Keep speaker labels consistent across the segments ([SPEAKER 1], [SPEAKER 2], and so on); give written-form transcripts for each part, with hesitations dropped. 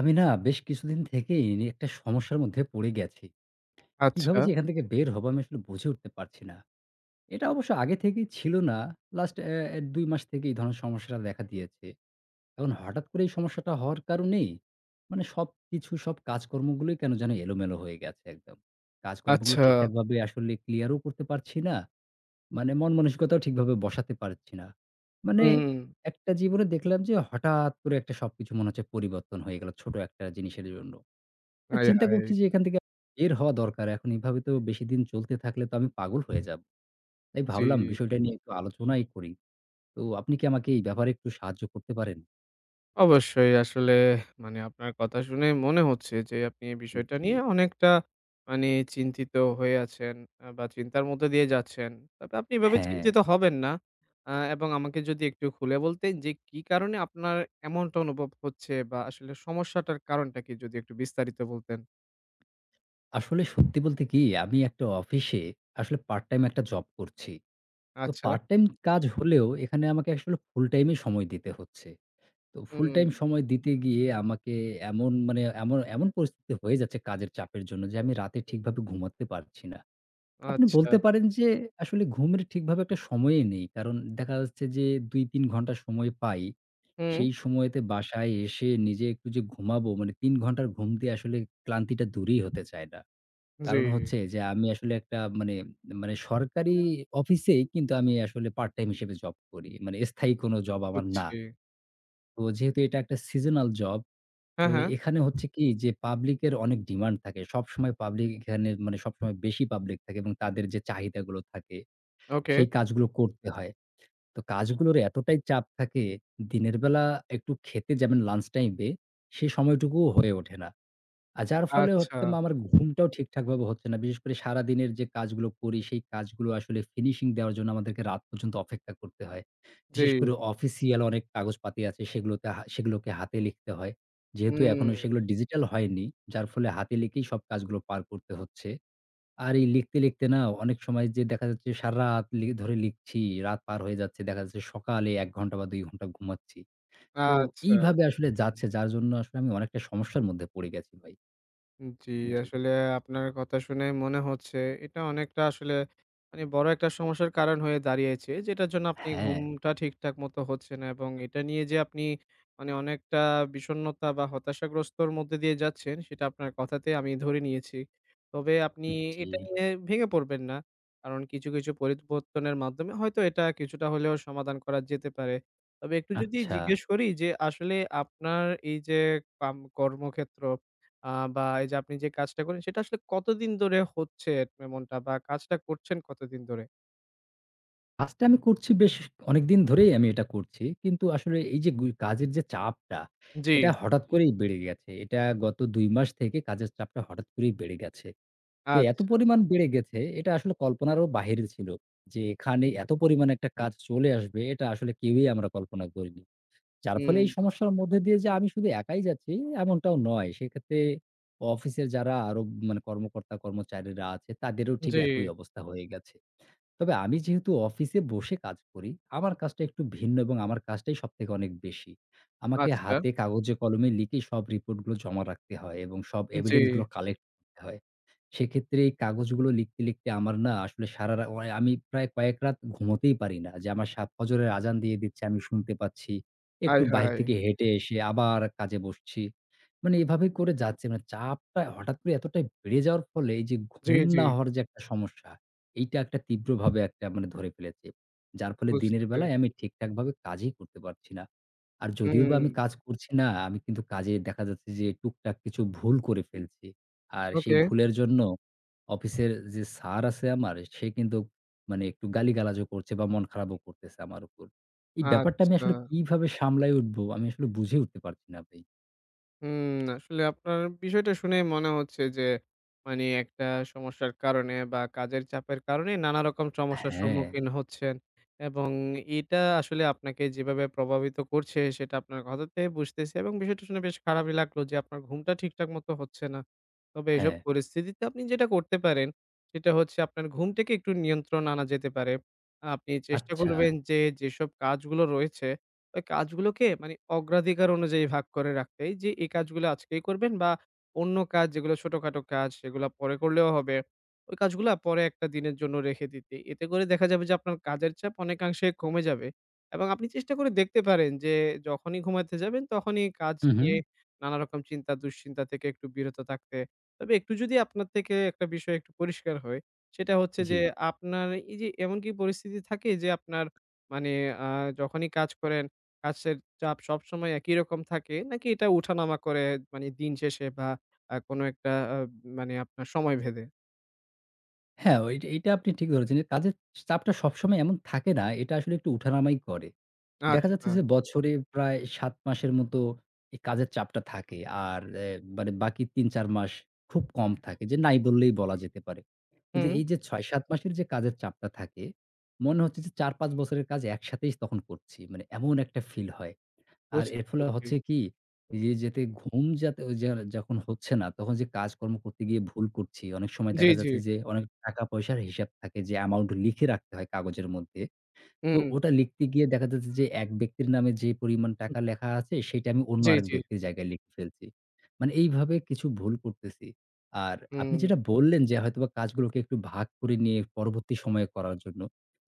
[SPEAKER 1] আমি না বেশ কিছুদিন থেকেই একটা সমস্যার মধ্যে পড়ে গেছি।
[SPEAKER 2] আচ্ছা,
[SPEAKER 1] কিভাবে যে এখান থেকে বের হবো আমি আসলে বুঝে উঠতে পারছি না। এটা অবশ্য আগে থেকেই ছিল না। লাস্ট ২ মাস থেকে এই ধরনের সমস্যাটা দেখা দিয়েছে। এখন হঠাৎ করে এই সমস্যাটা হওয়ার কারণেই মানে সবকিছু সব কাজকর্মগুলোই কেন যেন এলোমেলো হয়ে গেছে একদম। কাজকর্মগুলো
[SPEAKER 2] আচ্ছা।
[SPEAKER 1] ঠিকঠাকভাবে আসলে ক্লিয়ারও করতে পারছি না। মানে মন মানসিকতাও ঠিকভাবে বসাতে পারছি না। মানে
[SPEAKER 2] হুম।
[SPEAKER 1] একটা জীবনে দেখলাম যে হঠাৎ করে একটা সবকিছু মনে হচ্ছে পরিবর্তন হয়ে গেল ছোট একটা জিনিসের জন্য।
[SPEAKER 2] হায়,
[SPEAKER 1] চিন্তা
[SPEAKER 2] হায়!
[SPEAKER 1] করছি যে এখান থেকে বের হওয়া দরকার। এখন এভাবে তো বেশিদিন চলতে থাকলে তো আমি পাগল হয়ে যাব। তাই
[SPEAKER 2] জি।
[SPEAKER 1] ভাবলাম বিষয়টা নিয়ে একটু আলোচনাই করি। তো আপনি কি আমাকে এই ব্যাপারে একটু সাহায্য করতে পারেন?
[SPEAKER 2] অবশ্যই আসলে মানে আপনার কথা শুনে মনে হচ্ছে যে আপনি এই বিষয়টা
[SPEAKER 1] জি।
[SPEAKER 2] নিয়ে অনেকটা মানে চিন্তিত হয়ে আছেন বা চিন্তার মধ্যে দিয়ে যাচ্ছেন। তবে আপনি এভাবে
[SPEAKER 1] হ্যাঁ,
[SPEAKER 2] চিন্তিত হবেন না। এবং আমাকে যদি একটু খুলে বলতেন যে কি কারণে আপনার এমনটা অনুভব হচ্ছে বা আসলে সমস্যাটার কারণটা কি যদি একটু বিস্তারিত বলতেন?
[SPEAKER 1] আসলে সত্যি বলতে কি আমি একটা অফিসে আসলে পার্ট টাইম একটা জব করছি। তো
[SPEAKER 2] আচ্ছা।
[SPEAKER 1] পার্ট টাইম কাজ হলেও এখানে আমাকে আসলে ফুল টাইমই সময় দিতে হচ্ছে। তো ফুল
[SPEAKER 2] হুম।
[SPEAKER 1] টাইম সময় দিতে গিয়ে আমাকে এমন পরিস্থিতি হয়ে যাচ্ছে কাজের চাপের জন্য যে আমি রাতে ঠিকভাবে ঘুমাতে পারছি না। আপনি
[SPEAKER 2] আচ্ছা।
[SPEAKER 1] বলতে পারেন যে আসলে ঘুমের ঠিকভাবে একটা সময়ই নেই। কারণ দেখা যাচ্ছে যে ২-৩ ঘন্টা সময় পাই।
[SPEAKER 2] হুম,
[SPEAKER 1] সেই সময়তে বাসায় এসে নিজে একটু যে ঘুমাবো মানে ৩ ঘন্টার ঘুম দিয়ে আসলে ক্লান্তিটা দূরই হতে চায় না।
[SPEAKER 2] জি,
[SPEAKER 1] কারণ হচ্ছে যে আমি আসলে একটা মানে সরকারি অফিসেই কিন্তু আমি আসলে পার্ট টাইম হিসেবে জব করি। মানে স্থায়ী কোনো জব আমার
[SPEAKER 2] বুঝছি।
[SPEAKER 1] না। তো যেহেতু এটা একটা সিজনাল জব, তো
[SPEAKER 2] হ্যাঁ, হ্যাঁ।
[SPEAKER 1] এখানে হচ্ছে কি যে পাবলিক এর অনেক ডিমান্ড থাকে। সবসময় পাবলিক এখানে মানে সবসময় বেশি পাবলিক থাকে এবং তাদের যে চাহিদাগুলো থাকে
[SPEAKER 2] ওকে,
[SPEAKER 1] সেই কাজগুলো করতে হয়। তো কাজগুলোর এতটাই চাপ থাকে, দিনের বেলা একটু খেতে যাবেন লাঞ্চ টাইমে, সে সময়টুকুও হয়ে ওঠে না। আর যার ফলে
[SPEAKER 2] আচ্ছা।
[SPEAKER 1] একদম আমার ঘুমটাও ঠিকঠাকভাবে হচ্ছে না। বিশেষ করে সারাদিনের যে কাজগুলো করি, সেই কাজগুলো আসলে ফিনিশিং দেওয়ার জন্য আমাদেরকে রাত পর্যন্ত অপেক্ষা করতে হয়।
[SPEAKER 2] জি,
[SPEAKER 1] বিশেষ করে অফিসিয়াল অনেক কাগজপাতি আছে, সেগুলোতে হা সেগুলোকে হাতে লিখতে হয়। যেহেতু
[SPEAKER 2] হুম,
[SPEAKER 1] এখনো সেগুলো ডিজিটাল হয়নি, যার ফলে হাতে লিখেই সব কাজগুলো পার করতে হচ্ছে। আর এই লিখতে, লিখতে না অনেক সময় যে দেখা যাচ্ছে সারারাত ধরে লিখছি, রাত পার হয়ে যাচ্ছে। দেখা যাচ্ছে সকালে ১ ঘন্টা বা ২ ঘন্টা ঘুমাচ্ছি। তো এইভাবে
[SPEAKER 2] আচ্ছা।
[SPEAKER 1] আসলে যাচ্ছে যার জন্য আসলে আমি অনেকটা সমস্যার মধ্যে পড়ে গেছি ভাই।
[SPEAKER 2] জি,
[SPEAKER 1] জি।
[SPEAKER 2] আসলে আপনার কথা শুনে মনে হচ্ছে এটা অনেকটা আসলে মানে বড় একটা সমস্যার কারণ হয়ে দাঁড়িয়েছে। যেটার জন্য আপনি
[SPEAKER 1] হ্যাঁ,
[SPEAKER 2] ঘুমটা ঠিকঠাক মতো হচ্ছে না এবং এটা নিয়ে যে আপনি মানে অনেকটা বিষণ্ণতা বা হতাশাগ্রস্তর মধ্যে দিয়ে যাচ্ছেন সেটা আপনার কথাতে আমি ধরে নিয়েছি। তবে আপনি
[SPEAKER 1] জি।
[SPEAKER 2] এটা নিয়ে ভেঙে পড়বেন না। কারণ কিছু, কিছু পরিবর্তনের মাধ্যমে হয়তো এটা কিছুটা হলেও সমাধান করা যেতে পারে। তবে একটু যদি
[SPEAKER 1] আচ্ছা।
[SPEAKER 2] জিজ্ঞেস করি যে আসলে আপনার এই যে কর্মক্ষেত্র আ বা এই যে আপনি যে কাজটা করেন সেটা আসলে কতদিন ধরে হচ্ছে এমনটা বা কাজটা করছেন কতদিন ধরে?
[SPEAKER 1] কাজটা আমি করছি বেশ অনেকদিন ধরেই আমি এটা করছি। কিন্তু আসলে এই যে কাজের যে চাপটা,
[SPEAKER 2] জি,
[SPEAKER 1] এটা হঠাৎ করেই বেড়ে গেছে। এটা গত ২ মাস থেকে কাজের চাপটা হঠাৎ করেই বেড়ে গেছে। তো এত
[SPEAKER 2] আচ্ছা।
[SPEAKER 1] পরিমাণ বেড়ে গেছে, এটা আসলে কল্পনারও বাহিরে ছিল। যে এখানে এত পরিমাণে একটা কাজ চলে আসবে, এটা আসলে কেউই আমরা কল্পনা করিনি। যার ফলে
[SPEAKER 2] হুম,
[SPEAKER 1] এই সমস্যার মধ্যে দিয়ে যে আমি শুধু একাই যাচ্ছি, এমনটাও নয়। সেক্ষেত্রে অফিসের যারা আরো মানে কর্মকর্তা-কর্মচারীরা আছে, তাদেরও ঠিক
[SPEAKER 2] জি,
[SPEAKER 1] একই অবস্থা হয়ে গেছে। তবে আমি যেহেতু অফিসে বসে কাজ করি, আমার কাজটা একটু ভিন্ন এবং আমার কাজটাই সবথেকে অনেক বেশি। আমাকে
[SPEAKER 2] আচ্ছা,
[SPEAKER 1] হাতে কাগজে কলমে লিখে সব রিপোর্ট গুলো জমা রাখতে হয় এবং সব
[SPEAKER 2] জি।
[SPEAKER 1] এভিডেন্স গুলো কালেক্ট করতে হয়। সেক্ষেত্রে এই কাগজগুলো লিখতে, লিখতে আমার না আসলে সারা রা অয় আমি প্রায় কয়েক রাত ঘুমোতেই পারি না যে আমার ফজরের আজান দিয়ে দিচ্ছে, আমি শুনতে পাচ্ছি। একটু
[SPEAKER 2] আয়
[SPEAKER 1] বাহির
[SPEAKER 2] হায়!
[SPEAKER 1] থেকে হেঁটে এসে আবার কাজে বসছি। মানে এভাবে করে যাচ্ছে। মানে চাপটা হঠাৎ করে এতটাই বেড়ে যাওয়ার ফলে এই যে
[SPEAKER 2] জি,
[SPEAKER 1] ঘুম
[SPEAKER 2] জি,
[SPEAKER 1] না হওয়ার যে একটা সমস্যা এইটা একটা তীব্রভাবে একটা মানে ধরে ফেলেছে। যার ফলে
[SPEAKER 2] বুঝতে
[SPEAKER 1] দিনের বেলায়
[SPEAKER 2] পেরেছি।
[SPEAKER 1] আমি ঠিকঠাকভাবে কাজই করতে পারছি না। আর যদিও
[SPEAKER 2] হুম,
[SPEAKER 1] বা আমি কাজ করছি না, আমি কিন্তু কাজে দেখা যাচ্ছে যে টুকটাক কিছু ভুল করে ফেলছি। আর সেই
[SPEAKER 2] ওকে,
[SPEAKER 1] ভুলের জন্য অফিসের যে স্যার আছে আমার, সে কিন্তু মানে একটু গালিগালাজও করছে বা মন খারাপও করতেছে আমার উপর। এই ব্যাপারটা আমি
[SPEAKER 2] আচ্ছা।
[SPEAKER 1] আসলে কিভাবে সামলায় উঠবো? আমি আসলে বুঝে উঠতে পারছি না ভাই।
[SPEAKER 2] হুম, আসলে আপনার বিষয়টা শুনেই মনে হচ্ছে যে, মানে একটা সমস্যার কারণে বা কাজের চাপের কারণে নানা রকম সমস্যার
[SPEAKER 1] হ্যাঁ,
[SPEAKER 2] সম্মুখীন হচ্ছেন এবং এটা আসলে আপনাকে যেভাবে প্রভাবিত করছে সেটা আপনার কথাতেই বুঝতেছি এবং বিষয়টা শুনে বেশ খারাপই লাগলো যে, আপনার ঘুমটা ঠিকঠাক মতো হচ্ছে না। তবে এসব
[SPEAKER 1] হ্যাঁ।
[SPEAKER 2] পরিস্থিতিতে আপনি যেটা করতে পারেন সেটা হচ্ছে আপনার ঘুমটাকে একটু নিয়ন্ত্রণ আনা যেতে পারে। আপনি চেষ্টা
[SPEAKER 1] আচ্ছা।
[SPEAKER 2] করবেন যে, যেসব কাজগুলো রয়েছে ওই কাজগুলোকে মানে অগ্রাধিকার অনুযায়ী ভাগ করে রাখতে যে এই কাজগুলো আজকেই করবেন বা অন্য কাজ যেগুলো ছোটখাটো কাজ সেগুলো পরে করলেও হবে। ওই কাজগুলা পরে একটা দিনের জন্য রেখে দিতে। এতে করে দেখা যাবে যে আপনার কাজের চাপ অনেকাংশে কমে যাবে এবং আপনি চেষ্টা করে দেখতে পারেন যে যখনই ঘুমাতে যাবেন তখনই কাজ
[SPEAKER 1] হু, হু।
[SPEAKER 2] নিয়ে নানা রকম চিন্তা দুশ্চিন্তা থেকে একটু বিরত থাকতে। তবে একটু যদি আপনার থেকে একটা বিষয় একটু পরিষ্কার হয় সেটা হচ্ছে
[SPEAKER 1] জি।
[SPEAKER 2] যে আপনার এই যে এমন কি পরিস্থিতি থাকে যে আপনার মানে আ যখনই কাজ করেন কাজের চাপ সবসময় একই রকম থাকে নাকি এটা উঠানামা করে মানে দিন শেষে বা কোনো একটা মানে আপনার সময় ভেদে?
[SPEAKER 1] হ্যাঁ, ওই এইটা আপনি ঠিক ধরেছেন। যে কাজের চাপটা সবসময় এমন থাকে না। এটা আসলে একটু উঠানামাই করে। দেখা যাচ্ছে
[SPEAKER 2] আচ্ছা।
[SPEAKER 1] যে বছরে প্রায় ৭ মাসের মতো এই কাজের চাপটা থাকে। আর এ মানে বাকি ৩-৪ মাস খুব কম থাকে যে নাই বললেই বলা যেতে পারে। কিন্তু
[SPEAKER 2] হুম,
[SPEAKER 1] এই যে ৬-৭ মাসের যে কাজের চাপটা থাকে, মনে হচ্ছে যে ৪-৫ বছরের কাজ একসাথেই তখন করছি। মানে এমন একটা ফিল হয়। আর
[SPEAKER 2] বুঝতে
[SPEAKER 1] এর ফলে
[SPEAKER 2] পেরেছি।
[SPEAKER 1] হচ্ছে কি, যে যাতে ঘুম যাতে ঐ যে যখন হচ্ছে না, তখন যে কাজকর্ম করতে গিয়ে ভুল করছি। অনেক সময়
[SPEAKER 2] জি,
[SPEAKER 1] দেখা
[SPEAKER 2] জি।
[SPEAKER 1] যাচ্ছে যে, অনেক টাকা-পয়সার হিসাব থাকে যে অ্যামাউন্ট লিখে রাখতে হয় কাগজের মধ্যে। তো
[SPEAKER 2] হুম।
[SPEAKER 1] ওটা লিখতে গিয়ে দেখা যাচ্ছে যে এক ব্যক্তির নামে যে পরিমাণ টাকা লেখা আছে সেটা আমি অন্য
[SPEAKER 2] জি,
[SPEAKER 1] আরেক
[SPEAKER 2] জি।
[SPEAKER 1] ব্যক্তির জায়গায় লিখে ফেলছি। মানে এইভাবে কিছু ভুল করতেছি। আর আপনি
[SPEAKER 2] হুম।
[SPEAKER 1] যেটা বললেন যে হয়তোবা কাজগুলোকে একটু ভাগ করে নিয়ে পরবর্তী সময়ে করার জন্য।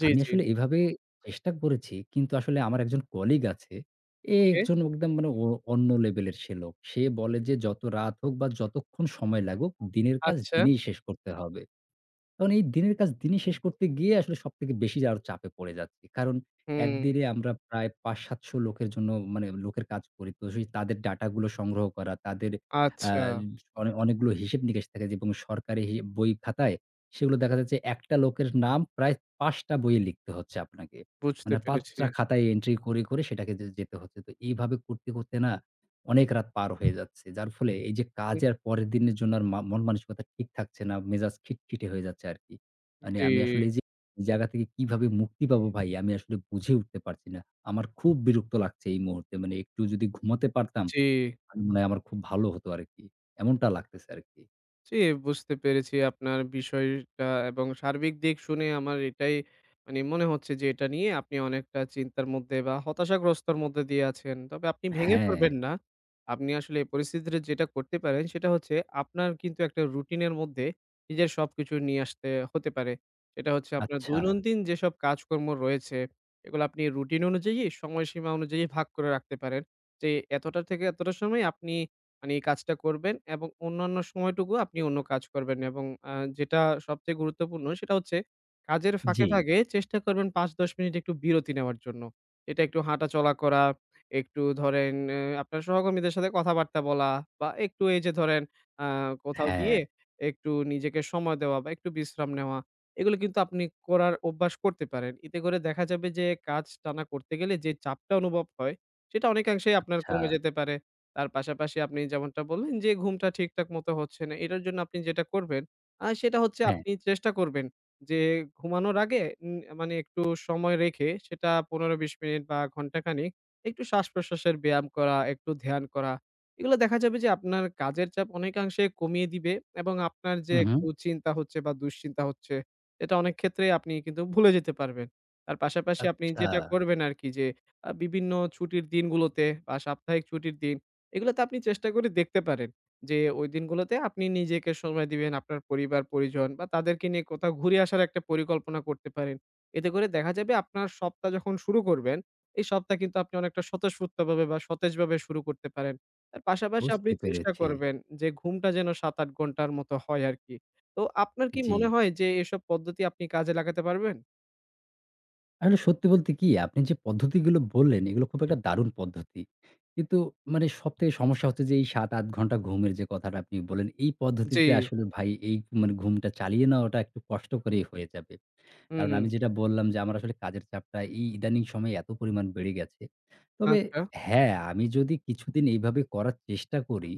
[SPEAKER 2] জি,
[SPEAKER 1] আমি
[SPEAKER 2] জি।
[SPEAKER 1] আসলে এভাবে চেষ্টা করেছি কিন্তু আসলে আমার একজন কলিগ আছে। এ
[SPEAKER 2] ওকে।
[SPEAKER 1] একজন একদম মানে অন্য লেভেলের সে লোক। সে বলে যে যত রাত হোক বা যতক্ষণ সময় লাগুক দিনের কাজ
[SPEAKER 2] আচ্ছা।
[SPEAKER 1] দিনেই শেষ করতে হবে। তখন এই দিনের কাজ দিনই শেষ করতে গিয়ে আসলে সবথেকে বেশি আরো চাপে পড়ে যাচ্ছি। কারণ
[SPEAKER 2] হুম।
[SPEAKER 1] একদিনে আমরা প্রায় ৫-৭০০ লোকের জন্য মানে লোকের কাজ করি। তো সেই তাদের ডাটাগুলো সংগ্রহ করা, তাদের আ
[SPEAKER 2] আচ্ছা,
[SPEAKER 1] অনে অনেকগুলো হিসেব-নিকেশ থাকে যে এবং সরকারি বই খাতায় সেগুলো দেখা যাচ্ছে একটা লোকের নাম প্রায় ৫ টা বইয়ে লিখতে হচ্ছে আপনাকে।
[SPEAKER 2] বুঝতে
[SPEAKER 1] মানে ৫
[SPEAKER 2] পেরেছি।
[SPEAKER 1] টা খাতায় এন্ট্রি করে, করে সেটাকে যে যেতে হচ্ছে। তো এইভাবে করতে, করতে না অনেক রাত পার হয়ে যাচ্ছে। যার ফলে এই যে
[SPEAKER 2] হুম,
[SPEAKER 1] কাজে আর পরের দিনের জন্য আর মা মন মানসিকতা ঠিক থাকছে না। মেজাজ খিটখিটে হয়ে যাচ্ছে আরকি। মানে
[SPEAKER 2] জি,
[SPEAKER 1] আমি আসলে এই যে এই জায়গা থেকে কিভাবে মুক্তি পাবো ভাই আমি আসলে বুঝে উঠতে পারছি না। আমার খুব বিরক্ত লাগছে এই মুহূর্তে। মানে একটু যদি ঘুমাতে পারতাম
[SPEAKER 2] জি।
[SPEAKER 1] আমি মনে হয় আমার খুব ভালো হতো আরকি। এমনটা লাগতেছে আরকি।
[SPEAKER 2] জি, বুঝতে পেরেছি আপনার বিষয়টা এবং সার্বিক দিক শুনে আমার এটাই মানে মনে হচ্ছে যে এটা নিয়ে আপনি অনেকটা চিন্তার মধ্যে বা হতাশাগ্রস্তর মধ্যে দিয়ে আছেন। তবে আপনি ভেঙে
[SPEAKER 1] হ্যাঁ,
[SPEAKER 2] পড়বেন না। আপনি আসলে এই পরিস্থিতিতে যেটা করতে পারেন সেটা হচ্ছে আপনার কিন্তু একটা রুটিনের মধ্যে নিজের সবকিছু নিয়ে আসতে হতে পারে। সেটা হচ্ছে আপনার
[SPEAKER 1] আচ্ছা।
[SPEAKER 2] দৈনন্দিন যেসব কাজকর্ম রয়েছে এগুলো আপনি রুটিন অনুযায়ী সময়সীমা অনুযায়ী ভাগ করে রাখতে পারেন। যে এতটা থেকে এতটা সময় আপনি মানে এই কাজটা করবেন এবং অন্যান্য সময়টুকু আপনি অন্য কাজ করবেন এবং আ যেটা সবচেয়ে গুরুত্বপূর্ণ সেটা হচ্ছে কাজের ফাঁকে,
[SPEAKER 1] জি।
[SPEAKER 2] ফাঁকে চেষ্টা করবেন ৫-১০ মিনিট একটু বিরতি নেওয়ার জন্য। এটা একটু হাঁটাচলা করা, একটু ধরেন আপনার সহকর্মীদের সাথে কথাবার্তা বলা বা একটু এই যে ধরেন আ কোথাও
[SPEAKER 1] হ্যাঁ,
[SPEAKER 2] গিয়ে একটু নিজেকে সময় দেওয়া বা একটু বিশ্রাম নেওয়া। এগুলো কিন্তু আপনি করার অভ্যাস করতে পারেন। এতে করে দেখা যাবে যে কাজ টানা করতে গেলে যে চাপটা অনুভব হয় সেটা অনেকাংশেই আপনার
[SPEAKER 1] আচ্ছা।
[SPEAKER 2] কমে যেতে পারে। তার পাশাপাশি আপনি যেমনটা বললেন যে ঘুমটা ঠিকঠাক মতো হচ্ছে না, এটার জন্য আপনি যেটা করবেন সেটা হচ্ছে
[SPEAKER 1] হ্যাঁ।
[SPEAKER 2] আপনি চেষ্টা করবেন যে ঘুমানোর আগে মানে একটু সময় রেখে সেটা ১৫-২০ মিনিট বা ঘন্টাখানিক একটু শ্বাস-প্রশ্বাসের ব্যায়াম করা, একটু ধ্যান করা। এগুলো দেখা যাবে যে আপনার কাজের চাপ অনেকাংশে কমিয়ে দিবে এবং আপনার যে
[SPEAKER 1] হু, হু।
[SPEAKER 2] একটু চিন্তা হচ্ছে বা দুশ্চিন্তা হচ্ছে এটা অনেক ক্ষেত্রেই আপনি কিন্তু ভুলে যেতে পারবেন। তার পাশাপাশি আপনি
[SPEAKER 1] আচ্ছা।
[SPEAKER 2] যেটা করবেন আরকি যে বিভিন্ন ছুটির দিনগুলোতে বা সাপ্তাহিক ছুটির দিন এগুলো তো আপনি চেষ্টা করে দেখতে পারেন। যে ওই দিনগুলোতে আপনি নিজেকে সময় দিবেন, আপনার পরিবার-পরিজন বা তাদেরকে নিয়ে কোথাও ঘুরে আসার একটা পরিকল্পনা করতে পারেন। এতে করে দেখা যাবে আপনার সপ্তাহ যখন শুরু করবেন, এই সপ্তাহ কিন্তু আপনি অনেকটা স্বতঃস্ফূর্তভাবে বা সতেজভাবে শুরু করতে পারেন। তার পাশাপাশি আপনি
[SPEAKER 1] বুঝতে
[SPEAKER 2] চেষ্টা
[SPEAKER 1] পেরেছি।
[SPEAKER 2] করবেন যে ঘুমটা যেন ৭-৮ ঘন্টার মতো হয় আরকি। তো আপনার কি
[SPEAKER 1] জি।
[SPEAKER 2] মনে হয় যে এসব পদ্ধতি আপনি কাজে লাগাতে পারবেন?
[SPEAKER 1] আসলে সত্যি বলতে কি আপনি যে পদ্ধতিগুলো বললেন এগুলো খুব একটা দারুণ পদ্ধতি। কিন্তু মানে সবথেকে সমস্যা হচ্ছে যে এই ৭-৮ ঘন্টা ঘুমের যে কথাটা আপনি বললেন, এই
[SPEAKER 2] জি,
[SPEAKER 1] পদ্ধতিতে আসলে ভাই এই মানে ঘুমটা চালিয়ে নেওয়াটা একটু কষ্টকরই হয়ে যাবে। কারণ
[SPEAKER 2] হুম,
[SPEAKER 1] আমি যেটা বললাম যে আমার আসলে কাজের চাপটা এই ইদানিং সময়ে এত পরিমাণ বেড়ে গেছে। তবে
[SPEAKER 2] আচ্ছা,
[SPEAKER 1] হ্যাঁ, আমি যদি কিছুদিন এইভাবে করার চেষ্টা করি,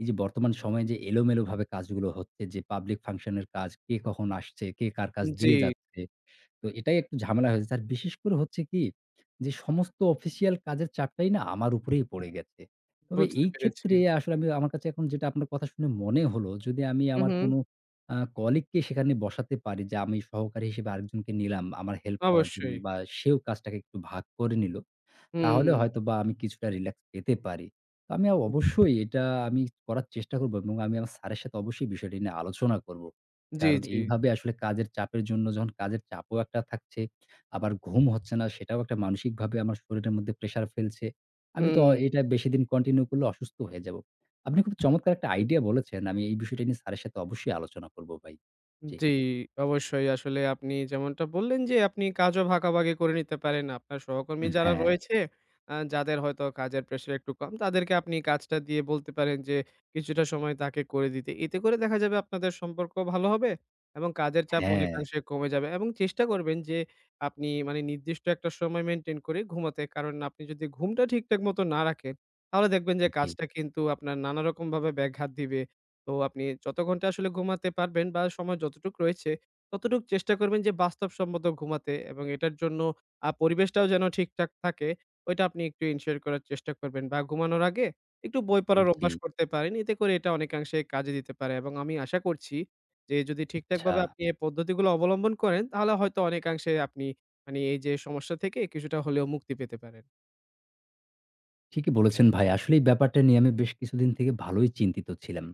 [SPEAKER 1] এই যে বর্তমান সময়ে যে এলোমেলোভাবে কাজগুলো হচ্ছে যে পাবলিক ফাংশন এর কাজ, কে কখন আসছে, কে কার কাজ
[SPEAKER 2] জি,
[SPEAKER 1] দিয়ে যাচ্ছে। তো এটাই একটু ঝামেলা হয়েছে। আর বিশেষ করে হচ্ছে কি যে সমস্ত অফিসিয়াল কাজের চাপটাই না আমার উপরেই পড়ে গেছে। তবে
[SPEAKER 2] বুঝতে
[SPEAKER 1] এই
[SPEAKER 2] পেরেছি।
[SPEAKER 1] ক্ষেত্রে আসলে আমি আমার কাছে এখন যেটা আপনার কথা শুনে মনে হলো যদি আমি
[SPEAKER 2] হু, হু,
[SPEAKER 1] আমার কোনো কলিগকে সেখানে বসাতে পারি যে আমি সহকারী হিসেবে আরেকজনকে নিলাম আমার হেল্প করার জন্য
[SPEAKER 2] অবশ্যই,
[SPEAKER 1] বা সেও কাজটাকে একটু ভাগ করে নিল।
[SPEAKER 2] হুম।
[SPEAKER 1] তাহলে হয়তোবা আমি কিছুটা রিল্যাক্স পেতে পারি। তো আমি অবশ্যই এটা আমি করার চেষ্টা করব এবং আমি আমার স্যারের সাথে অবশ্যই বিষয়টি নিয়ে আলোচনা করব।
[SPEAKER 2] জি,
[SPEAKER 1] কারণ
[SPEAKER 2] জি।
[SPEAKER 1] এইভাবে আসলে কাজের চাপের জন্য যখন কাজের চাপও একটা থাকছে, আবার ঘুম হচ্ছে না সেটাও একটা মানসিকভাবে আমার শরীরের মধ্যে প্রেশার ফেলছে। আমি তো
[SPEAKER 2] হুম।
[SPEAKER 1] এটা বেশিদিন কন্টিনিউ করলে অসুস্থ হয়ে যাব। আপনি খুব চমৎকার একটা আইডিয়া বলেছেন। আমি এই বিষয়টা নিয়ে স্যারের সাথে অবশ্যই আলোচনা করব ভাই। জি।
[SPEAKER 2] জি, অবশ্যই। আসলে আপনি যেমনটা বললেন যে আপনি কাজও ভাগাভাগি করে নিতে পারেন। আপনার সহকর্মী
[SPEAKER 1] হুম।
[SPEAKER 2] যারা
[SPEAKER 1] হ্যাঁ,
[SPEAKER 2] রয়েছে, যাদের হয়তো কাজের প্রেশার একটু কম, তাদেরকে আপনি কাজটা দিয়ে বলতে পারেন যে কিছুটা সময় তাকে করে দিতে। এতে করে দেখা যাবে আপনাদের সম্পর্ক ভালো হবে এবং কাজের চাপ
[SPEAKER 1] হ্যাঁ।
[SPEAKER 2] অনেকাংশে কমে যাবে এবং চেষ্টা করবেন যে আপনি মানে নির্দিষ্ট একটা সময় মেইনটেইন করে ঘুমাতে। কারণ আপনি যদি ঘুমটা ঠিকঠাক মতো না রাখেন, তাহলে দেখবেন যে
[SPEAKER 1] জি,
[SPEAKER 2] কাজটা কিন্তু আপনার নানারকমভাবে ব্যাঘাত দিবে। তো আপনি যত ঘন্টা আসলে ঘুমাতে পারবেন বা সময় যতটুক রয়েছে, ততটুক চেষ্টা করবেন যে বাস্তবসম্মত ঘুমাতে এবং এটার জন্য পরিবেশটাও যেন ঠিকঠাক থাকে, ওইটা আপনি একটু এনশিওর করার চেষ্টা করবেন বা ঘুমানোর আগে একটু বই পড়ার
[SPEAKER 1] জি।
[SPEAKER 2] অভ্যাস করতে পারেন। এতে করে এটা অনেকাংশে কাজে দিতে পারে এবং আমি আশা করছি যে যদি
[SPEAKER 1] আচ্ছা।
[SPEAKER 2] ঠিকঠাকভাবে আপনি এই পদ্ধতিগুলো অবলম্বন করেন, তাহলে হয়তো অনেকাংশে আপনি মানে এই যে সমস্যা থেকে কিছুটা হলেও মুক্তি পেতে পারেন।
[SPEAKER 1] ঠিকই বলেছেন ভাই। আসলে এই ব্যাপারটা নিয়ে আমি বেশ কিছুদিন থেকে ভালোই চিন্তিত ছিলাম।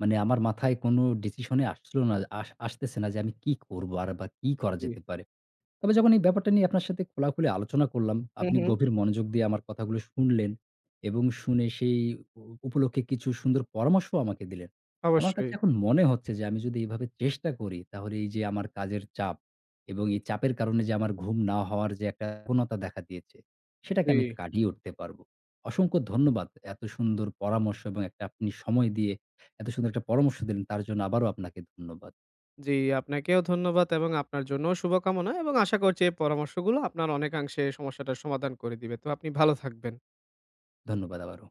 [SPEAKER 1] মানে আমার মাথায় কোনো ডিসিশন এ আসছিল না আসতেছে না যে আমি কি করব আর বা কি করা
[SPEAKER 2] জি।
[SPEAKER 1] যেতে পারে? তবে যখন এই ব্যাপারটা নিয়ে আপনার সাথে খোলাখুলি আলোচনা করলাম,
[SPEAKER 2] হুম,
[SPEAKER 1] আপনি
[SPEAKER 2] হুম।
[SPEAKER 1] গভীর মনোযোগ দিয়ে আমার কথাগুলো শুনলেন এবং শুনে সেই উ উপলক্ষে কিছু সুন্দর পরামর্শও আমাকে দিলেন। আমার
[SPEAKER 2] অবশ্যই।
[SPEAKER 1] কাছে এখন মনে হচ্ছে যে আমি যদি এভাবে চেষ্টা করি তাহলে এই যে আমার কাজের চাপ এবং এই চাপের কারণে যে আমার ঘুম না হওয়ার যে একটা প্রবণতা দেখা দিয়েছে, সেটাকে
[SPEAKER 2] জি।
[SPEAKER 1] আমি কাটিয়ে উঠতে পারবো। অসংখ্য ধন্যবাদ। এত সুন্দর পরামর্শ এবং একটা আপনি সময় দিয়ে এত সুন্দর একটা পরামর্শ দিলেন তার জন্য আবারও আপনাকে ধন্যবাদ।
[SPEAKER 2] জি, আপনাকেও ধন্যবাদ এবং আপনার জন্যও শুভকামনা এবং আশা করছি এই পরামর্শগুলো আপনার অনেকাংশে সমস্যাটার সমাধান করে দিবে। তো আপনি ভালো থাকবেন।
[SPEAKER 1] ধন্যবাদ আবারও।